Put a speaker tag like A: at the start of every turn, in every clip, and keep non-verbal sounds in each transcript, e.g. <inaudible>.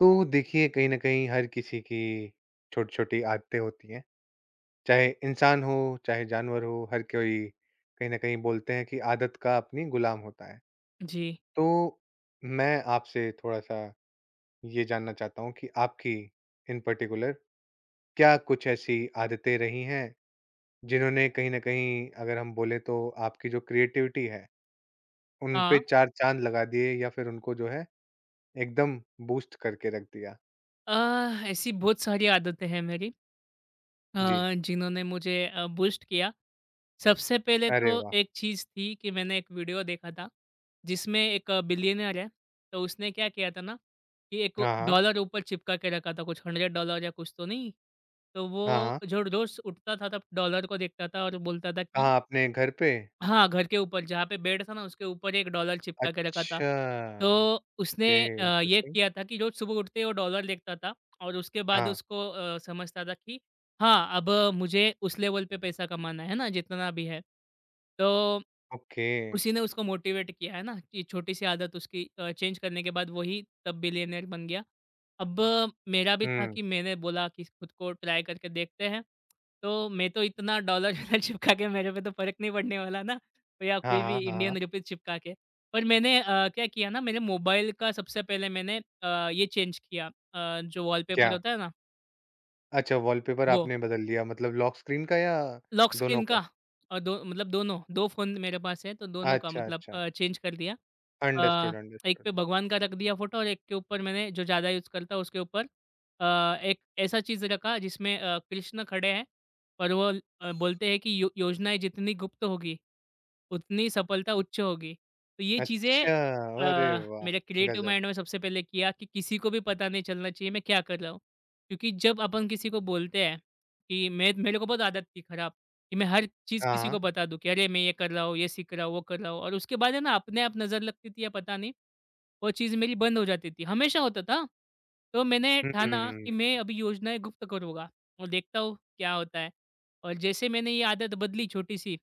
A: तो देखिए, कहीं न कहीं हर किसी की छोटी-छोटी आदतें होती हैं। चाहे इंसान हो, चाहे जानवर हो, हर कोई कहीं न कहीं बोलते हैं कि आदत का अपनी गुलाम होता है।
B: जी।
A: तो मैं आपसे थोड़ा-सा ये जानना चाहता हूँ कि आपकी इन पर्टिकुलर क्या कुछ ऐसी आदतें रही हैं जिन्होंने कहीं न कहीं अगर हम बोले तो आपकी जो क्रिएटिविटी है, उन
B: हाँ,
A: पे 4 चाँद लगा दिए या फिर उनको जो है एकदम बूस्ट करके रख दिया?
B: अ, ऐसी बहुत सारी आदतें हैं मेरी
A: जी।
B: अ, जिन्होंने मुझे बूस्ट किया। सबसे पहले
A: अरे
B: तो
A: वाह!
B: एक चीज़ थी कि मैंने एक वीडियो देखा था, जिसमें एक बिलियनेयर है, तो उसने क्या किया था ना कि एक
A: हाँ, हाँ।
B: डॉलर ऊपर चिपका के रखा था, कुछ $100।
A: हाँ, हाँ। कहाँ अपने घर पे?
B: हाँ, घर के ऊपर जहाँ पे बेड था ना उसके ऊपर 1 डॉलर चिपका के रखा था।
A: अच्छा।
B: तो उसने
A: ओके,
B: ये
A: इंटरेस्टिंग।
B: किया था कि रोज़ सुबह उठते ही वो डॉलर देखता था और उसके बाद
A: हाँ।
B: उसको समझता था कि हाँ, अब मुझे उस लेवल पे पैसा कमाना है ना जितना भी है। तो
A: ओके।
B: उसी ने उसको मोटिवेट किया है ना कि छोटी सी आदत उसकी चेंज करने के बाद वही तब बिलियनियर बन गया। अब मेरा भी था
A: हुँ।
B: कि मैंने बोला कि खुद को ट्राई करके देखते हैं। तो मैं तो इतना डॉलर <laughs> चिपका के मेरे पे तो फ़र्क नहीं पड़ने वाला ना या
A: हाँ,
B: कोई
A: हाँ,
B: भी
A: हाँ, हाँ।
B: इंडियन रुपीज़ चिपका के। पर मैंने क्या किया ना मेरे मोबाइल का सबसे पहले मैंने ये चेंज किया, जो वॉलपेपर
A: क्या?
B: होता है ना
A: अच्छा, वॉलपेपर
B: वो।
A: आपने बदल दिया मतलब लॉक स्क्रीन का या
B: लॉक
A: दोनों
B: स्क्रीन
A: का?
B: का और दो मतलब दोनों, 2 फ़ोन मेरे पास है तो दोनों का
A: अच्छा,
B: मतलब
A: अच्छा।
B: चेंज कर दिया। अ,
A: अंडरस्टूड,
B: एक
A: अंडरस्टूड।
B: पे भगवान का रख दिया फ़ोटो और एक के ऊपर मैंने जो ज़्यादा यूज़ करता उसके ऊपर एक ऐसा चीज़ रखा जिसमें कृष्ण खड़े हैं और वो बोलते हैं कि यो योजनाएँ जितनी गुप्त होगी, उतनी सफलता उच्च होगी। तो ये चीज़ें
A: अच्छा, अरे वाह!
B: मेरे क्रिएटिव
A: गज़ब।
B: माइंड में सबसे पहले किया कि किसी को भी पता नहीं चलना चाहिए मैं क्या कर रहा हूँ। क्योंकि जब अपन किसी को बोलते हैं कि मैं मेरे को बहुत आदत थी खराब। कि मैं हर चीज़
A: हाँ,
B: किसी को
A: हाँ।
B: बता दूँ कि अरे मैं ये कर रहा हूँ, ये सीख रहा हूँ, वो कर रहा हूँ और उसके बाद है ना अपने आप नज़र लगती थी या पता नहीं, वो चीज़ मेरी बंद हो जाती थी, हमेशा होता था। तो मैंने ठाना
A: हुँ।
B: कि मैं अभी योजनाएँ गुप्त करूँगा और देखता हूँ क्या होता है। और जैसे मैंने ये आदत बदली छोटी-सी,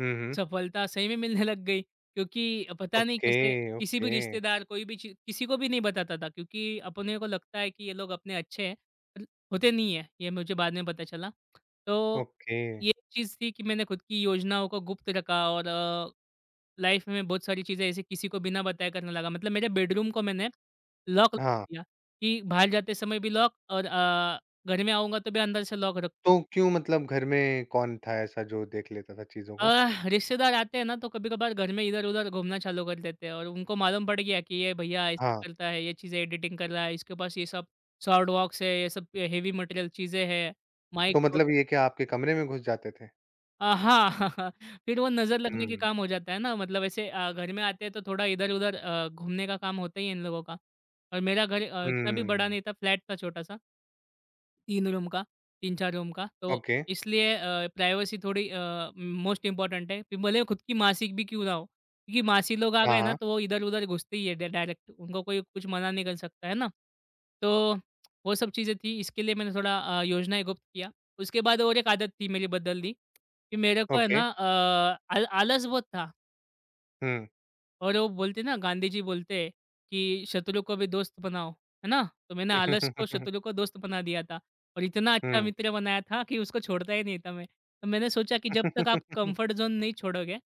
A: हुँ, हुँ।
B: सफलता सही में मिलने लग गई क्योंकि पता नहीं
A: ओके,
B: कैसे किसी
A: ओके,
B: भी रिश्तेदार कोई भी चीज़ किसी को भी नहीं बताता था। क्योंकि अपने को लगता है कि ये लोग अपने अच्छे हैं पर होते नहीं है, ये मुझे बाद में पता चला। तो
A: ओके।
B: ये चीज़ थी कि मैंने खुद की योजनाओं को गुप्त रखा और लाइफ में बहुत सारी चीज़ें ऐसे किसी को बिना बताए करने लगा। मतलब मेरे बेडरूम को मैंने लॉक लगा
A: हाँ,
B: दिया कि बाहर जाते समय भी लॉक और घर में आऊँगा तो भी अंदर से लॉक
A: तो
B: रखूँगा।
A: क्यों? मतलब घर में कौन था ऐसा जो देख लेता था चीज़ों
B: अ,
A: को?
B: रिश्तेदार आते हैं ना तो कभी-कभार घर में इधर-उधर घूमना चालू कर देते हैं और उनको मालूम पड़ गया कि ये भैया ऐसा
A: हाँ,
B: करता है, ये चीज़ें एडिटिंग कर रहा है, इसके पास ये सब साउंड बॉक्स है, ये सब हेवी मटेरियल चीज़ें हैं, माइक
A: तो मतलब
B: वगैरह।
A: ये क्या आपके कमरे में घुस जाते थे?
B: हाँ, <laughs> फिर वो नज़र लगने के
A: हुँ।
B: काम हो जाता है ना, मतलब ऐसे घर में आते हैं तो थोड़ा इधर-उधर घूमने का काम होता ही है इन लोगों का। और मेरा घर इतना भी बड़ा
A: हुँ,
B: नहीं था, फ्लैट था छोटा-सा। 3 रूम का, 3-4 रूम का, तो
A: ओके।
B: इसलिए प्राइवेसी थोड़ी मोस्ट इम्पोर्टेंट है। फिर भले खुद की मासी भी क्यों ना हो, क्योंकि मासी लोग आ
A: हाँ,
B: गए ना
A: हाँ,
B: तो वो इधर-उधर घुसते ही है डा डायरेक्ट, उनको कोई कुछ मना नहीं कर सकता, है ना? तो वो सब चीज़ें थी, इसके लिए मैंने थोड़ा योजनाएँ गुप्त किया। उसके बाद और एक आदत थी मेरी बदलनी कि मेरे को है
A: ओके।
B: ना, अ, आल आलस बहुत था
A: हुँ।
B: और वो बोलते ना गांधी जी बोलते हैं कि शत्रु को भी दोस्त बनाओ, है ना? तो मैंने आलस को शत्रु को दोस्त बना दिया था और इतना अच्छा
A: हुँ।
B: मित्र बनाया था कि उसको छोड़ता ही नहीं था मैं। तो मैंने सोचा कि जब तक आप
A: <laughs> <laughs>
B: कंफर्ट ज़ोन नहीं छोड़ोगे,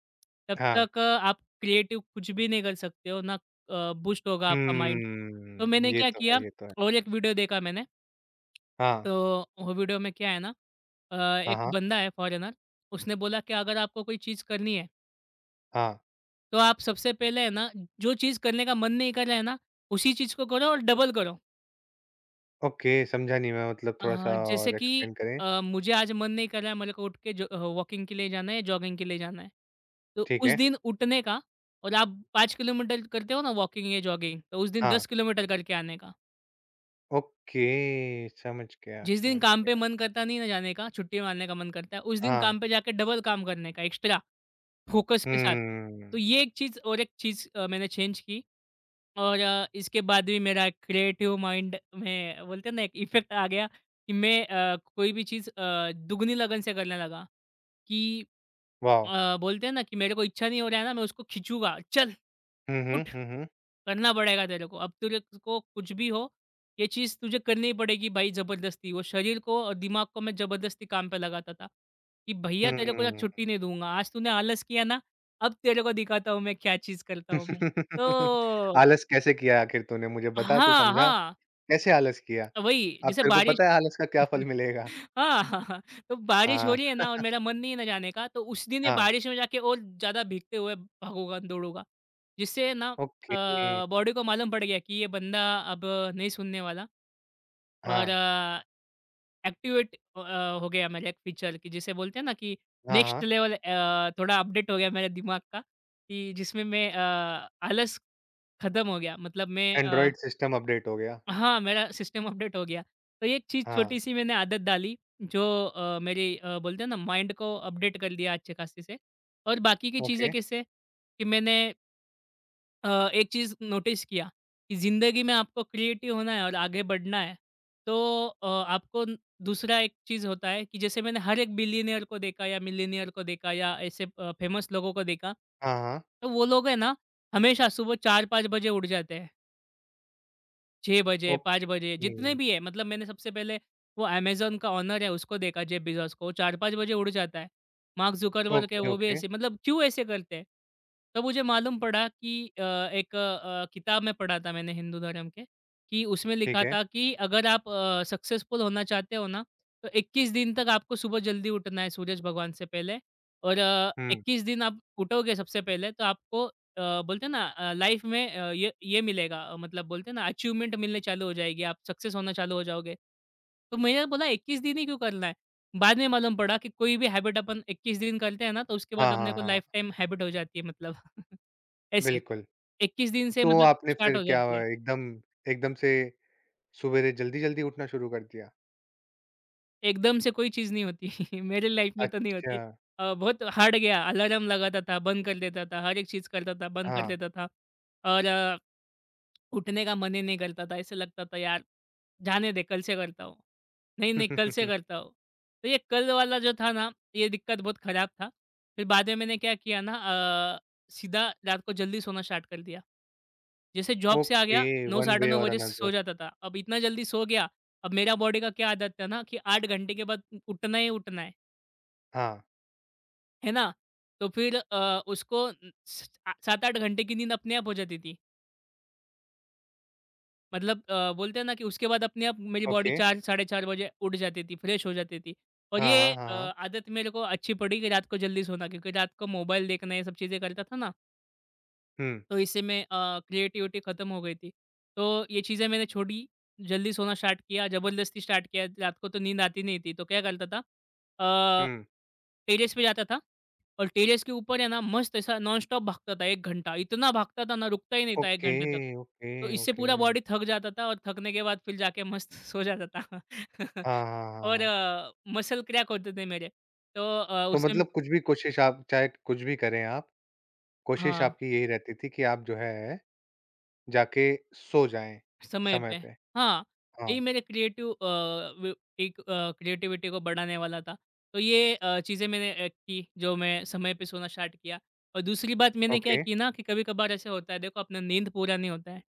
B: तब
A: हाँ।
B: तक आप क्रिएटिव कुछ भी नहीं कर सकते हो, ना बूस्ट होगा आपका माइंड। तो मैंने
A: ये
B: क्या
A: तो
B: किया
A: है, ये तो है।
B: और एक वीडियो देखा मैंने,
A: हाँ,
B: तो वो वीडियो में क्या है ना,
A: हाँ,
B: एक
A: हाँ,
B: बंदा है फॉरेनर। उसने बोला कि अगर आपको कोई चीज़ करनी है
A: हाँ।
B: तो आप सबसे पहले है ना, जो चीज़ करने का मन नहीं कर रहा है ना, उसी चीज़ को करो और डबल करो।
A: ओके, समझा नहीं मैं। मतलब थोड़ा-सा
B: जैसे
A: और
B: कि
A: एक्सप्लेन करें?
B: मुझे आज मन नहीं कर रहा है मेरे को उठ के वॉकिंग के लिए जाना है, जॉगिंग के लिए जाना है, तो
A: ठीक
B: उस
A: है।
B: दिन उठने का। और आप 5 किलोमीटर करते हो ना वॉकिंग या जॉगिंग, तो उस दिन
A: हाँ,
B: 10 किलोमीटर करके आने का।
A: ओके, समझ गया,
B: जिस दिन
A: समझ
B: काम पे
A: गया।
B: मन करता नहीं ना जाने का, छुट्टी मारने का मन करता है, उस दिन
A: हाँ।
B: काम पे जाके डबल काम करने का एक्स्ट्रा फ़ोकस के साथ। तो
A: हम्म।
B: ये एक चीज़ और एक चीज़ मैंने चेंज की और इसके बाद भी मेरा क्रिएटिव माइंड में बोलते हैं ना एक इफ़ेक्ट आ गया कि मैं कोई भी चीज़ दुगनी लगन से करने लगा कि
A: वाव!
B: बोलते हैं ना कि मेरे को इच्छा नहीं हो रहा है ना, मैं उसको खींचूँगा, "चल,
A: हुँ, हुँ,
B: उठ।"
A: हुँ, हुँ।
B: करना पड़ेगा तेरे को। अब तेरे को कुछ भी हो, ये चीज़ तुझे करनी पड़ेगी भाई ज़बरदस्ती। वो शरीर को और दिमाग को मैं ज़बरदस्ती काम पे लगाता था, कि भैया तेरे को आज
A: हुँ।
B: छुट्टी नहीं दूँगा। आज तूने आलस किया ना, अब तेरे को दिखाता हूँ मैं क्या चीज़ करता हूँ मैं।
A: <laughs>
B: तो
A: आलस कैसे किया आखिर? तूने मुझे बता, तू
B: हाँ,
A: समझा,
B: हाँ।
A: कैसे आलस किया?
B: वही,
A: अब
B: जैसे
A: तेरे को
B: बारिश।
A: पता है आलस का क्या फल
B: <laughs>
A: मिलेगा?
B: हाँ, हाँ, हाँ, तो बारिश
A: हाँ।
B: हो रही है ना और मेरा मन नहीं है ना जाने का, तो उस दिन ये
A: हाँ,
B: बारिश में जाके और ज़्यादा भीगते हुए भागूँगा, दौड़ूँगा। जिससे ना
A: ओके।
B: बॉडी को मालूम पड़ गया कि ये बंदा अब नहीं सुनने वाला और
A: हाँ,
B: एक्टिवेट हो गया मेरा एक फीचर कि जिसे बोलते हैं ना कि
A: हाँ,
B: नेक्स्ट
A: हाँ।
B: लेवल। थोड़ा अपडेट हो गया मेरे दिमाग का कि जिसमें मैं आलस खत्म हो गया। मतलब मैं अ
A: एंड्रॉइड सिस्टम अपडेट हो गया।
B: हाँ, मेरा सिस्टम अपडेट हो गया। तो ये एक चीज़
A: हाँ,
B: छोटी-सी मैंने आदत डाली जो मेरी बोलते हैं ना माइंड को अपडेट कर दिया अच्छे खासे से। और बाकी की
A: ओके।
B: चीज़ें कैसे कि मैंने एक चीज़ नोटिस किया कि ज़िंदगी में आपको क्रिएटिव होना है और आगे बढ़ना है, तो आपको न दूसरा एक चीज़ होता है कि जैसे मैंने हर एक बिलियनियर को देखा या मिलियनियर को देखा या ऐसे फेमस लोगों को देखा,
A: हाँ, हाँ।
B: तो वो लोग है ना हमेशा सुबह 4-5 बजे उठ जाते हैं। 6 बजे, 5
A: ओके,
B: बजे जितने भी हैं, मतलब मैंने सबसे पहले वो अमेज़न का ओनर है उसको देखा जेफ बेज़ोस को, वो 4-5 बजे उड़ जाता है। मार्क ज़ुकरबर्ग है
A: ओके,
B: वो भी
A: ओके,
B: ऐसे, मतलब क्यों ऐसे करते हैं? तब मुझे मालूम पड़ा कि एक किताब में पढ़ा था मैंने हिंदू धर्म के, कि उसमें
A: ठीक
B: लिखा
A: है।
B: था कि अगर आप सक्सेसफुल होना चाहते हो ना, तो 21 दिन तक आपको सुबह जल्दी उठना है सूरज भगवान से पहले और
A: हुँ।
B: 21 दिन आप उठोगे सबसे पहले, तो आपको बोलते हैं ना, लाइफ में ये मिलेगा। मतलब बोलते हैं ना अचीवमेंट मिलने चालू हो जाएगी, आप सक्सेस होना चालू हो जाओगे। तो मैंने बोला 21 दिन ही क्यों करना है? बाद में मालूम पड़ा कि कोई भी हैबिट अपन 21 दिन करते हैं ना, तो उसके
A: हाँ,
B: बाद अपने
A: हाँ,
B: को
A: हाँ,
B: लाइफ टाइम हैबिट हो जाती है मतलब <laughs> ऐसे।
A: बिल्कुल।
B: 21 दिन से
A: तो
B: मतलब
A: आपने
B: स्टार्ट
A: फिर
B: हो
A: क्या
B: जाती
A: हुआ,
B: है।
A: एकदम एकदम से सुबेरे जल्दी-जल्दी उठना शुरू कर दिया?
B: एकदम से कोई चीज़ नहीं होती <laughs> मेरे लाइफ में तो नहीं
A: अच्छा।
B: होती। बहुत हार्ड गया अलार्म लगाता था, बंद कर देता था, हर एक चीज़ करता था, बंद कर
A: हाँ।
B: देता था और उठने का मन ही नहीं करता था, ऐसे लगता था यार, जाने दे कल से करता हूँ। नहीं, नहीं, कल से
A: <laughs>
B: करता हूँ। तो ये कल वाला जो था ना, ये दिक्कत बहुत ख़राब था। फिर बाद में मैंने क्या किया ना, अ, सीधा रात को जल्दी सोना स्टार्ट कर दिया। जैसे जॉब से आ
A: ओके,
B: गया 9
A: वन
B: साढ़े
A: वे
B: 9
A: और
B: बजे
A: अनदर।
B: सो जाता था। अब इतना जल्दी सो गया, अब मेरा बॉडी का क्या आदत है ना कि 8 घंटे के बाद उठना ही उठना
A: हाँ,
B: है ना? तो फिर उसको 7-8 घंटे की नींद अपने आप हो जाती थी। मतलब बोलते हैं ना कि उसके बाद अपने आप मेरी बॉडी
A: ओके।
B: 4 साढ़े 4 बजे उठ जाती थी, फ्रेश हो जाती थी। और
A: हाँ,
B: ये
A: हाँ, हाँ, हाँ।
B: आदत मेरे को अच्छी पड़ी कि रात को जल्दी सोना, क्योंकि रात को मोबाइल देखना ये सब चीज़ें करता था ना,
A: हुँ,
B: तो इससे मैं क्रिएटिविटी ख़त्म हो गई थी। तो ये चीज़ें मैंने छोड़ी, जल्दी सोना स्टार्ट किया, ज़बरदस्ती स्टार्ट किया, रात को तो नींद आती नहीं थी। तो क्या करता था, अ,
A: हुँ।
B: टेरेस पे जाता था और टेरेस के ऊपर है ना मस्त ऐसा नॉनस्टॉप भागता था 1 घंटा, इतना भागता था ना, रुकता ही नहीं था 1
A: ओके,
B: घंटे तक।
A: ओके,
B: तो इससे
A: ओके।
B: पूरा बॉडी थक जाता था और थकने के बाद फिर जाके मस्त <laughs> सो जाता था।
A: हाँ,
B: <laughs>
A: हाँ, हाँ,
B: और
A: हाँ।
B: मसल क्रैक होते थे मेरे। तो
A: तो
B: उसमें
A: मतलब कुछ भी कोशिश आप चाहे कुछ भी करें आप, कोशिश
B: हाँ।
A: आपकी यही रहती थी कि आप जो है जाके सो जाएँ,
B: समय
A: समय
B: पे
A: पे।
B: हाँ,
A: हाँ,
B: यही मेरे क्रिएटिव, अ, व एक क्रिएटिविटी को बढ़ाने वाला था। तो ये चीज़ें मैंने की, जो मैं समय पे सोना स्टार्ट किया। और दूसरी बात मैंने क्या
A: ओके।
B: की ना कि कभी-कभार ऐसा होता है, देखो अपना नींद पूरा नहीं होता है।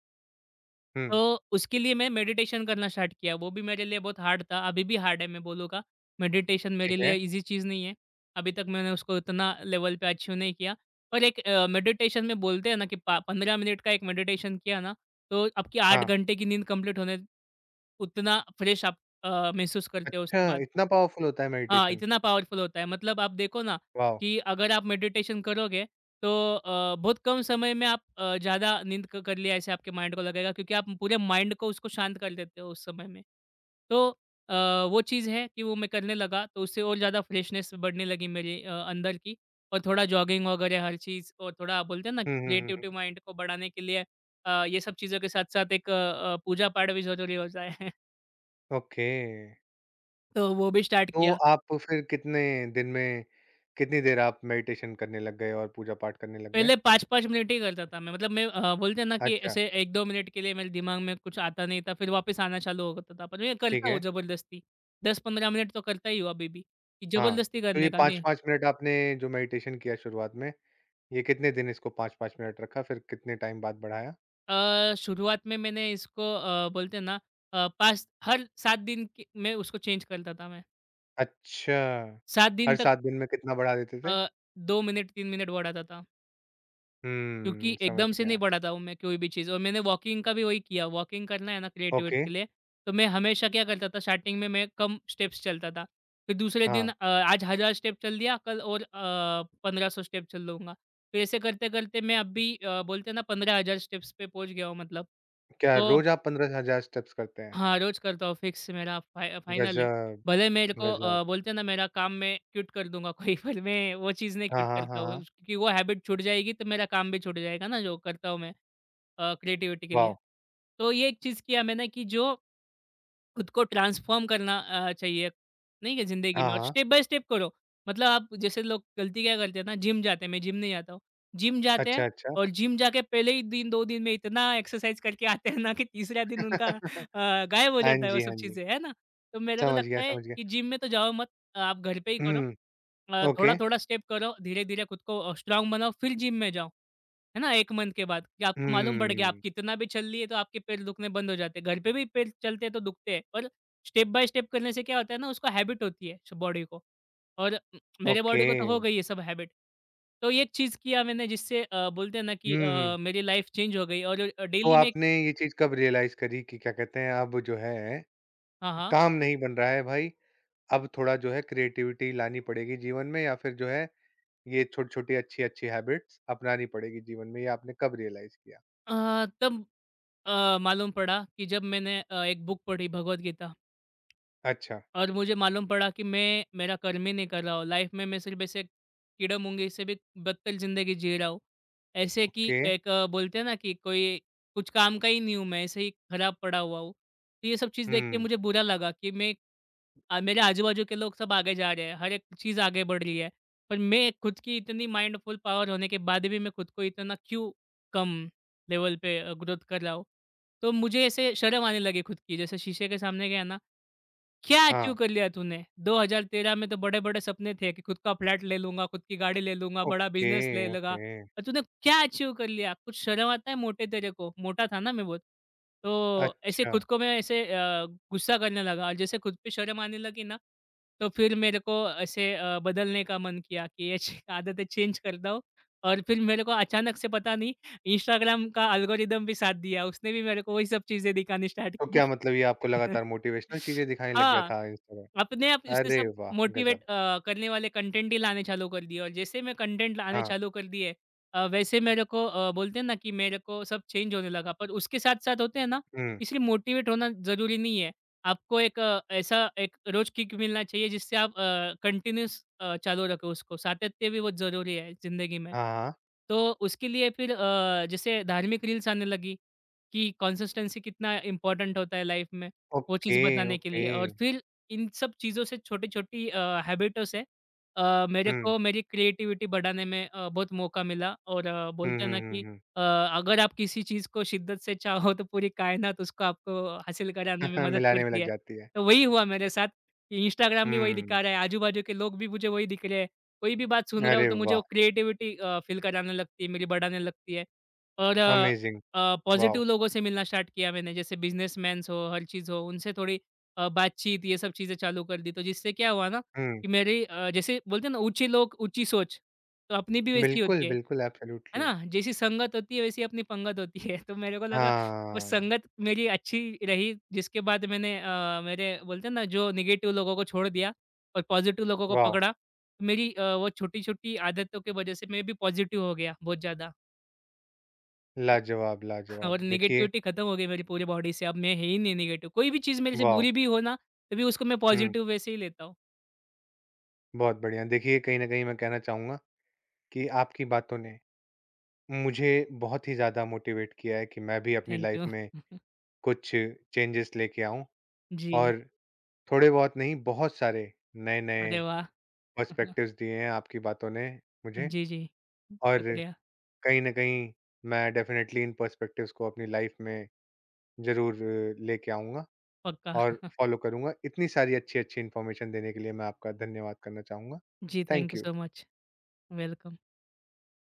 A: हुँ,
B: तो उसके लिए मैं मेडिटेशन करना स्टार्ट किया, वो भी मेरे लिए बहुत हार्ड था, अभी भी हार्ड है मैं बोलूँगा। मेडिटेशन मेरे
A: ठीक
B: लिए
A: है।
B: ईज़ी चीज़ नहीं है, अभी तक मैंने उसको इतना लेवल पे अचीव नहीं किया। पर एक मेडिटेशन में बोलते हैं ना कि पा 15 मिनट का एक मेडिटेशन किया ना, तो आपकी 8
A: हाँ,
B: घंटे की नींद कंप्लीट होने, उतना फ्रेश आप महसूस करते हो
A: अच्छा,
B: उसके बाद।
A: इतना पावरफुल होता है
B: हाँ,
A: मेडिटेशन?
B: इतना पावरफुल होता है, मतलब आप देखो ना
A: वॉव!
B: कि अगर आप मेडिटेशन करोगे तो बहुत कम समय में आप ज़्यादा नींद क कर लिया ऐसे आपके माइंड को लगेगा, क्योंकि आप पूरे माइंड को उसको शांत कर देते हो उस समय में। तो वो चीज़ है कि वो मैं करने लगा, तो उससे और ज़्यादा फ्रेशनेस बढ़ने लगी मेरे अंदर की। और थोड़ा जॉगिंग वगैरह हर चीज़, और थोड़ा बोलते हैं ना
A: हुँ,
B: कि
A: हुँ, हुँ,
B: क्रिएटिविटी
A: हुँ।
B: माइंड को बढ़ाने के लिए ये सब चीज़ों के साथ-साथ एक पूजा-पाठ भी ज़रूरी होता है।
A: ओके,
B: <laughs> तो वो भी स्टार्ट
A: तो
B: किया।
A: आप फिर कितने दिन में कितनी देर आप मेडिटेशन करने लग गए और पूजा-पाठ करने लग गए?
B: पहले 5-5 मिनट ही करता था मैं, मतलब मैं बोलते हैं ना कि
A: अच्छा,
B: ऐसे 1-2 मिनट के लिए मेरे दिमाग में कुछ आता नहीं था, फिर वापस आना चालू हो जाता था। पर मैं
A: ठीक
B: करता हूँ
A: है।
B: ज़बरदस्ती, 10-15 मिनट तो करता ही हूँ अभी भी, कि
A: हाँ,
B: ज़बरदस्ती
A: तो ये
B: करने का नहीं।
A: 5-5 मिनट आपने जो मेडिटेशन किया शुरुआत में, ये कितने दिन इसको 5-5 मिनट रखा, फिर कितने टाइम बाद बढ़ाया?
B: शुरुआत में मैंने इसको, बोलते हैं ना, 5 हर 7 दिन के में उसको चेंज करता था मैं।
A: अच्छा,
B: 7
A: हर
B: दिन तक
A: 7 दिन में कितना बढ़ा देते
B: अ,
A: थे?
B: 2 मिनट, 3 मिनट बढ़ाता था।
A: हुँ,
B: क्योंकि
A: समझ
B: एकदम से नहीं
A: गया।
B: बढ़ाता हूँ मैं कोई भी चीज़। और मैंने वॉकिंग का भी वही किया, वॉकिंग करना है ना
A: ओके,
B: क्रिएटिविटी के लिए, तो मैं हमेशा क्या करता था, स्टार्टिंग में मैं कम स्टेप्स चलता था, फिर दूसरे दिन
A: हाँ।
B: आज 1,000 स्टेप चल दिया, कल और 1,500 स्टेप चल लूँगा, फिर ऐसे करते करते मैं अभी बोलते हैं ना 15,000 स्टेप्स पे पहुँच गया हूँ, मतलब।
A: क्या
B: तो
A: रोज़ आप 15,000 स्टेप्स करते हैं?
B: हाँ, रोज़ करता हूँ फिक्स, मेरा फाइनल है।
A: गज़ब,
B: भले मेरे को
A: गज़ब।
B: बोलते हैं ना, मेरा काम मैं क्विट कर दूंगा कोई, पर मैं वो चीज़ नहीं
A: हाँ,
B: क्विट
A: हाँ,
B: करता
A: हाँ,
B: हूँ,
A: हाँ।
B: क्योंकि वो हैबिट छूट जाएगी तो मेरा काम भी छूट जाएगा ना, जो करता हूँ मैं क्रिएटिविटी के लिए।
A: वाव!
B: तो ये एक चीज़ किया मैंने कि जो खुद को ट्रांसफ़ॉर्म करना चाहिए, नहीं है ज़िंदगी
A: हाँ,
B: में, और
A: हाँ।
B: स्टेप बाय स्टेप करो। मतलब आप जैसे लोग गलती क्या करते हैं ना, जिम जाते हैं, मैं जिम नहीं जाता हूँ। जिम जाते
A: अच्छा,
B: हैं
A: अच्छा।
B: और जिम जाके पहले ही दिन, 2 दिन में इतना एक्सरसाइज़ करके आते हैं ना कि तीसरा दिन उनका
A: <laughs>
B: गायब हो
A: हाँ
B: जाता है वो
A: जी,
B: सब
A: हाँ जी।
B: चीज़ें, है ना? तो मेरे को
A: समझ गया,
B: लगता है
A: समझ गया।
B: कि जिम में तो जाओ मत, आप घर पे ही करो।
A: हुँ, ओके।
B: थोड़ा-थोड़ा स्टेप करो, धीरे-धीरे खुद को स्ट्रॉन्ग बनाओ, फिर जिम में जाओ। है ना? 1 मंथ के बाद कि आपको मालूम पड़ गया, आप
A: हुँ,
B: कितना भी चल लिए, तो आपके पैर दुखने बंद हो जाते हैं। घर पे भी पैर चलते हैं, तो दुखते हैं। पर स्टेप बाय स्टेप करने से क्या होता है ना, उसको हैबिट होती है स बॉडी को। और मेरे
A: ओके।
B: बॉडी को तो हो गई है सब हैबिट। तो ये एक चीज़ किया मैंने, जिससे बोलते हैं ना कि
A: हुँ,
B: मेरी लाइफ चेंज हो गई और
A: तो
B: डेली में
A: आपने ये चीज़ कब रियलाइज़ करी कि क्या कहते हैं, अब जो है
B: हाँ, हाँ।
A: काम नहीं बन रहा है भाई, अब थोड़ा जो है क्रिएटिविटी लानी पड़ेगी जीवन में या फिर जो है ये छोटी-छोटी, अच्छी-अच्छी हैबिट्स अपनानी पड़ेगी जीवन में, ये आपने कब रियलाइज़ किया?
B: तब मालूम पड़ा कि जब मैंने एक बुक पढ़ी भगवद गीता।
A: अच्छा,
B: और मुझे मालूम पड़ा कि मैं मेरा कर्म ही नहीं कर रहा हूँ। लाइफ में मैं सिर्फ़ ऐसे कीड़े-मुंगे से भी बदतर ज़िंदगी जी रहा हूँ। ऐसे कि
A: ओके।
B: एक बोलते हैं ना कि कोई कुछ काम का ही नहीं हूँ मैं, ऐसे ही खराब पड़ा हुआ हूँ। तो ये सब चीज़ देख के
A: हुँ,
B: मुझे बुरा लगा कि मैं, मेरे आजू-बाजू के लोग सब आगे जा रहे हैं, हर एक चीज़ आगे बढ़ रही है। पर मैं खुद की इतनी माइंडफुल पावर होने के बाद भी मैं खुद को इतना क्यों कम लेवल पे ग्रोथ कर रहा हूँ। तो मुझे ऐसे शर्म आने लगी खुद की। जैसे शीशे के सामने गया ना, क्या अचीव
A: हाँ।
B: कर लिया तूने? 2013 में तो बड़े-बड़े सपने थे कि खुद का फ्लैट ले लूँगा, खुद की गाड़ी ले लूँगा, बड़ा
A: ओके,
B: बिज़नेस ले लूँगा,
A: ओके।
B: और तूने क्या अचीव कर लिया? कुछ शर्म आता है मोटे तेरे को? मोटा था ना मैं बहुत। तो ऐसे
A: अच्छा,
B: खुद को मैं ऐसे गुस्सा करने लगा, और जैसे खुद पे शर्म आने लगी ना, तो फिर मेरे को ऐसे बदलने का मन किया कि ये छ आदतें चेंज करता हूँ। और फिर मेरे को अचानक से पता नहीं, इंस्टाग्राम का एल्गोरिदम भी साथ दिया, उसने भी मेरे को वही सब चीज़ें दिखानी स्टार्ट
A: तो क्या
B: की।
A: मतलब ये आपको
B: <laughs>
A: लगातार मोटिवेशनल चीज़ें दिखाने लग गया
B: हाँ।
A: था इंस्टाग्राम?
B: अपने आप उसने
A: अरे
B: सब
A: वाह!
B: मोटिवेट
A: गज़ब।
B: करने वाले कंटेंट ही लाने चालू कर दिए, और जैसे मैं कंटेंट लाने
A: हाँ,
B: चालू कर दिए वैसे मेरे को बोलते हैं ना कि मेरे को सब चेंज होने लगा। पर उसके साथ साथ होते हैं ना,
A: हुँ,
B: इसलिए मोटिवेट होना ज़रूरी नहीं है, आपको एक ऐसा एक रोज किक मिलना चाहिए, जिससे आप कंटिन्यूस चालू रखें उसको, सातत्य भी बहुत ज़रूरी है ज़िंदगी में।
A: हाँ, हाँ।
B: तो उसके लिए फिर जैसे धार्मिक रील्स आने लगी कि कंसिस्टेंसी कितना इंपॉर्टेंट होता है लाइफ में, वो चीज़
A: ओके,
B: बताने के
A: ओके।
B: लिए। और फिर इन सब चीज़ों से छोटी-छोटी हैबिटों से मेरे
A: हुँ,
B: को मेरी क्रिएटिविटी बढ़ाने में बहुत मौका मिला। और
A: हुँ,
B: बोलते हैं
A: हुँ,
B: ना कि
A: हुँ, हुँ।
B: अ, अगर आप किसी चीज़ को शिद्दत से चाहो तो पूरी कायनात उसको आपको हासिल कराने में
A: <laughs>
B: मदद
A: मिलाने में
B: करती
A: लग
B: है।
A: जाती है।
B: तो वही हुआ मेरे साथ कि इंस्टाग्राम भी वही
A: हुँ,
B: दिखा रहा है, आजू-बाजू के लोग भी मुझे वही दिख रहे हैं। कोई भी बात सुन रहा हूँ
A: अरे
B: तो मुझे
A: वाह!
B: वो क्रिएटिविटी फ़ील कराने लगती है, मेरी बढ़ाने लगती है, और
A: अमेज़िंग, वॉव!
B: पॉज़िटिव लोगों से मिलना स्टार्ट किया मैंने, जैसे बिज़नेसमैन्स हो, हर चीज़ हो, उनसे थोड़ी बातचीत ये सब चीज़ें चालू कर दी। तो जिससे क्या हुआ ना
A: हुँ,
B: कि मेरी, जैसे बोलते हैं ना, ऊँचे लोग ऊँची सोच, तो अपनी भी वैसी
A: बिल्कुल,
B: होती
A: बिल्कुल,
B: है
A: एब्सोल्युटली।
B: ना? जैसी संगत होती है वैसी अपनी पंगत होती है। <laughs> तो मेरे को लगा वो
A: हाँ,
B: संगत मेरी अच्छी रही, जिसके बाद मैंने मेरे बोलते हैं ना जो नेगेटिव लोगों को छोड़ दिया और पॉज़िटिव लोगों को
A: वॉव!
B: पकड़ा। तो मेरी वो छोटी-छोटी आदतों की वज़ह से मैं भी पॉज़िटिव हो गया बहुत ज़्यादा।
A: लाजवाब,
B: <laughs>
A: लाजवाब।
B: और
A: देखिए,
B: नेगेटिविटी खत्म हो गई मेरी पूरी बॉडी से। अब मैं है ही नहीं नेगेटिव। कोई भी चीज़ मेरे से
A: वाव!
B: बुरी भी हो ना, तभी उसको मैं
A: हुँ,
B: पॉज़िटिव वैसे ही लेता हूँ।
A: बहुत बढ़िया। देखिए, कहीं न कहीं मैं कहना चाहूँगा कि आपकी बातों ने मुझे बहुत ही ज़्यादा मोटिवेट किया है कि मैं भी अपनी
B: थैंक
A: लाइफ़
B: यू।
A: में
B: <laughs>
A: कुछ चेंजेस लेके आऊँ
B: जी,
A: और थोड़े बहुत नहीं, बहुत सारे नए-नए
B: अरे वाह! <laughs>
A: पर्सपेक्टिव्स दिए हैं आपकी बातों ने मुझे
B: जी, जी।
A: और
B: शुक्रिया,
A: कहीं न कहीं मैं डेफ़िनेटली इन पर्सपेक्टिव्स को अपनी लाइफ़ में ज़रूर लेके आऊँगा
B: पक्का।
A: और
B: <laughs>
A: फ़ॉलो करूँगा। इतनी सारी अच्छी-अच्छी इन्फॉर्मेशन देने के लिए मैं आपका धन्यवाद करना चाहूँगा।
B: जी, thank
A: thank
B: you
A: you.
B: So much. Welcome.